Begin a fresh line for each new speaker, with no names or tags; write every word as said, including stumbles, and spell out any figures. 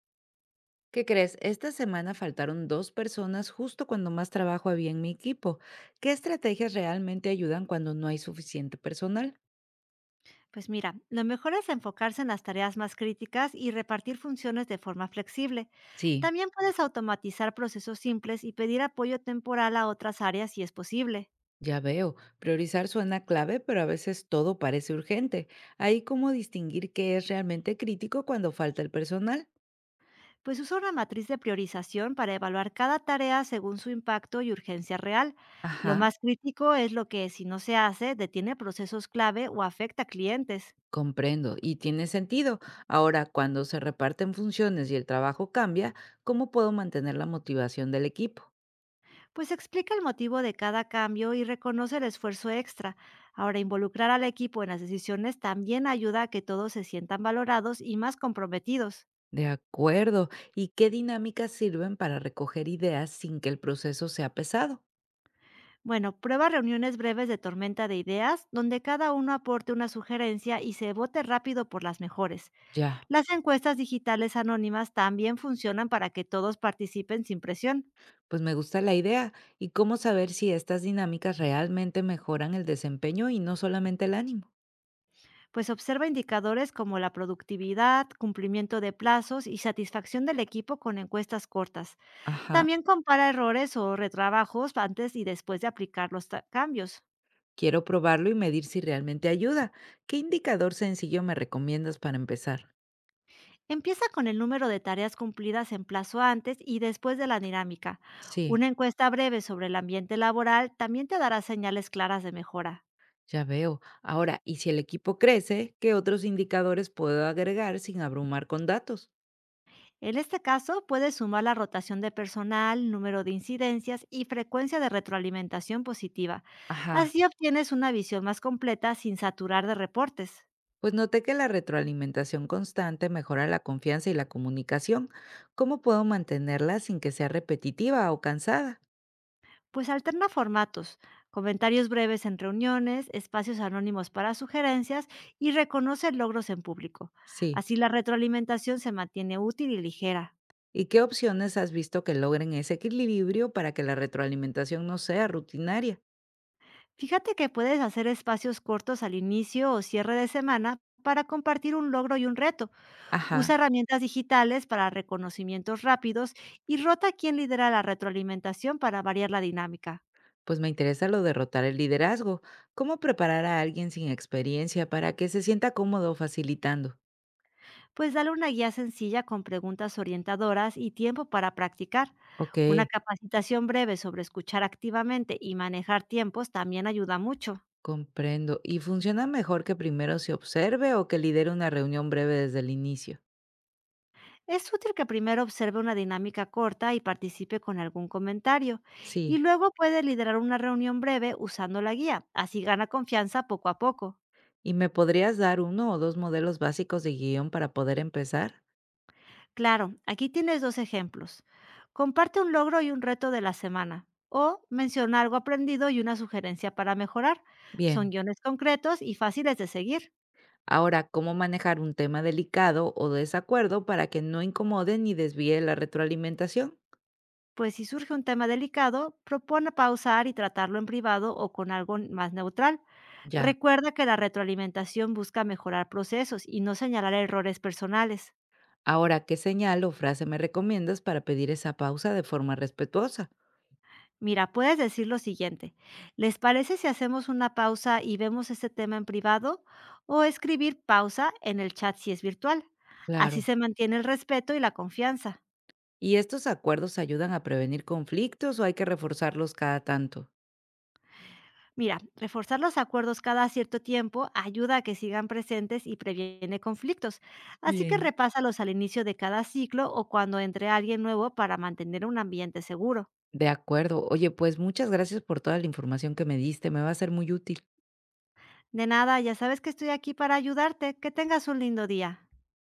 ¿Qué crees? Esta semana faltaron dos personas justo cuando más trabajo había en mi equipo. ¿Qué estrategias realmente ayudan cuando no hay suficiente personal?
Pues mira, lo mejor es enfocarse en las tareas más críticas y repartir funciones de forma flexible.
Sí,
También puedes automatizar procesos simples y pedir apoyo temporal a otras áreas si es posible.
ya veo. Priorizar suena clave, pero a veces todo parece urgente. Ahí cómo distinguir qué es realmente crítico cuando falta el personal.
Pues usa una matriz de priorización para evaluar cada tarea según su impacto y urgencia real. Lo
Ajá,
más crítico es lo que, si no se hace, detiene procesos clave o afecta a clientes.
comprendo. Y tiene sentido. Ahora, cuando se reparten funciones y el trabajo cambia, ¿cómo puedo mantener la motivación del equipo?
Pues explica el motivo de cada cambio y reconoce el esfuerzo extra. Ahora, involucrar al equipo en las decisiones también ayuda a que todos se sientan valorados y más comprometidos.
De acuerdo. ¿Y qué dinámicas sirven para recoger ideas sin que el proceso sea pesado?
Bueno, prueba reuniones breves de tormenta de ideas, donde cada uno aporte una sugerencia y se vote rápido por las mejores.
Ya.
Las encuestas digitales anónimas también funcionan para que todos participen sin presión,
Pues me gusta la idea. ¿Y cómo saber si estas dinámicas realmente mejoran el desempeño y no solamente el ánimo?
pues observa indicadores como la productividad, cumplimiento de plazos y satisfacción del equipo con encuestas cortas.
Ajá.
También compara errores o retrabajos antes y después de aplicar los ta- cambios.
Quiero probarlo y medir si realmente ayuda. ¿Qué indicador sencillo me recomiendas para empezar?
Empieza con el número de tareas cumplidas en plazo antes y después de la dinámica.
Sí,
Una encuesta breve sobre el ambiente laboral también te dará señales claras de mejora.
ya veo. Ahora, ¿y si el equipo crece, qué otros indicadores puedo agregar sin abrumar con datos?
En este caso, puedes sumar la rotación de personal, número de incidencias y frecuencia de retroalimentación positiva.
Ajá.
Así obtienes una visión más completa sin saturar de reportes.
Pues noté que la retroalimentación constante mejora la confianza y la comunicación. ¿Cómo puedo mantenerla sin que sea repetitiva o cansada?
Pues alterna formatos, comentarios breves en reuniones, espacios anónimos para sugerencias y reconoce logros en público.
Sí.
Así la retroalimentación se mantiene útil y ligera.
¿Y qué opciones has visto que logren ese equilibrio para que la retroalimentación no sea rutinaria?
Fíjate que puedes hacer espacios cortos al inicio o cierre de semana para compartir un logro y un reto. Usa
Ajá.
herramientas digitales para reconocimientos rápidos y rota quién lidera la retroalimentación para variar la dinámica.
Pues me interesa lo de rotar el liderazgo. ¿Cómo preparar a alguien sin experiencia para que se sienta cómodo facilitando?
Pues dale una guía sencilla con preguntas orientadoras y tiempo para practicar.
Ok,
Una capacitación breve sobre escuchar activamente y manejar tiempos también ayuda mucho.
comprendo. ¿Y funciona mejor que primero se observe o que lidere una reunión breve desde el inicio?
Es útil que primero observe una dinámica corta y participe con algún comentario, y
Sí.
luego puede liderar una reunión breve usando la guía, así gana confianza poco a poco.
¿Y me podrías dar uno o dos modelos básicos de guión para poder empezar?
Claro, aquí tienes dos ejemplos. Comparte un logro y un reto de la semana o menciona algo aprendido y una sugerencia para mejorar. Son
Bien.
guiones concretos y fáciles de seguir,
Ahora, ¿cómo manejar un tema delicado o desacuerdo para que no incomode ni desvíe la retroalimentación?
pues si surge un tema delicado, propone pausar y tratarlo en privado o con algo más neutral.
Ya.
Recuerda que la retroalimentación busca mejorar procesos y no señalar errores personales.
Ahora, ¿qué señal o frase me recomiendas para pedir esa pausa de forma respetuosa?
Mira, puedes decir lo siguiente, ¿les parece si hacemos una pausa y vemos este tema en privado? O escribir pausa en el chat si es virtual. Así
Claro.
se mantiene el respeto y la confianza.
¿Y estos acuerdos ayudan a prevenir conflictos o hay que reforzarlos cada tanto?
Mira, reforzar los acuerdos cada cierto tiempo ayuda a que sigan presentes y previene conflictos. Así que
Bien.
repásalos al inicio de cada ciclo o cuando entre alguien nuevo para mantener un ambiente seguro.
De acuerdo. Oye, pues muchas gracias por toda la información que me diste. Me va a ser muy útil.
De nada, ya sabes que estoy aquí para ayudarte. Que tengas un lindo día.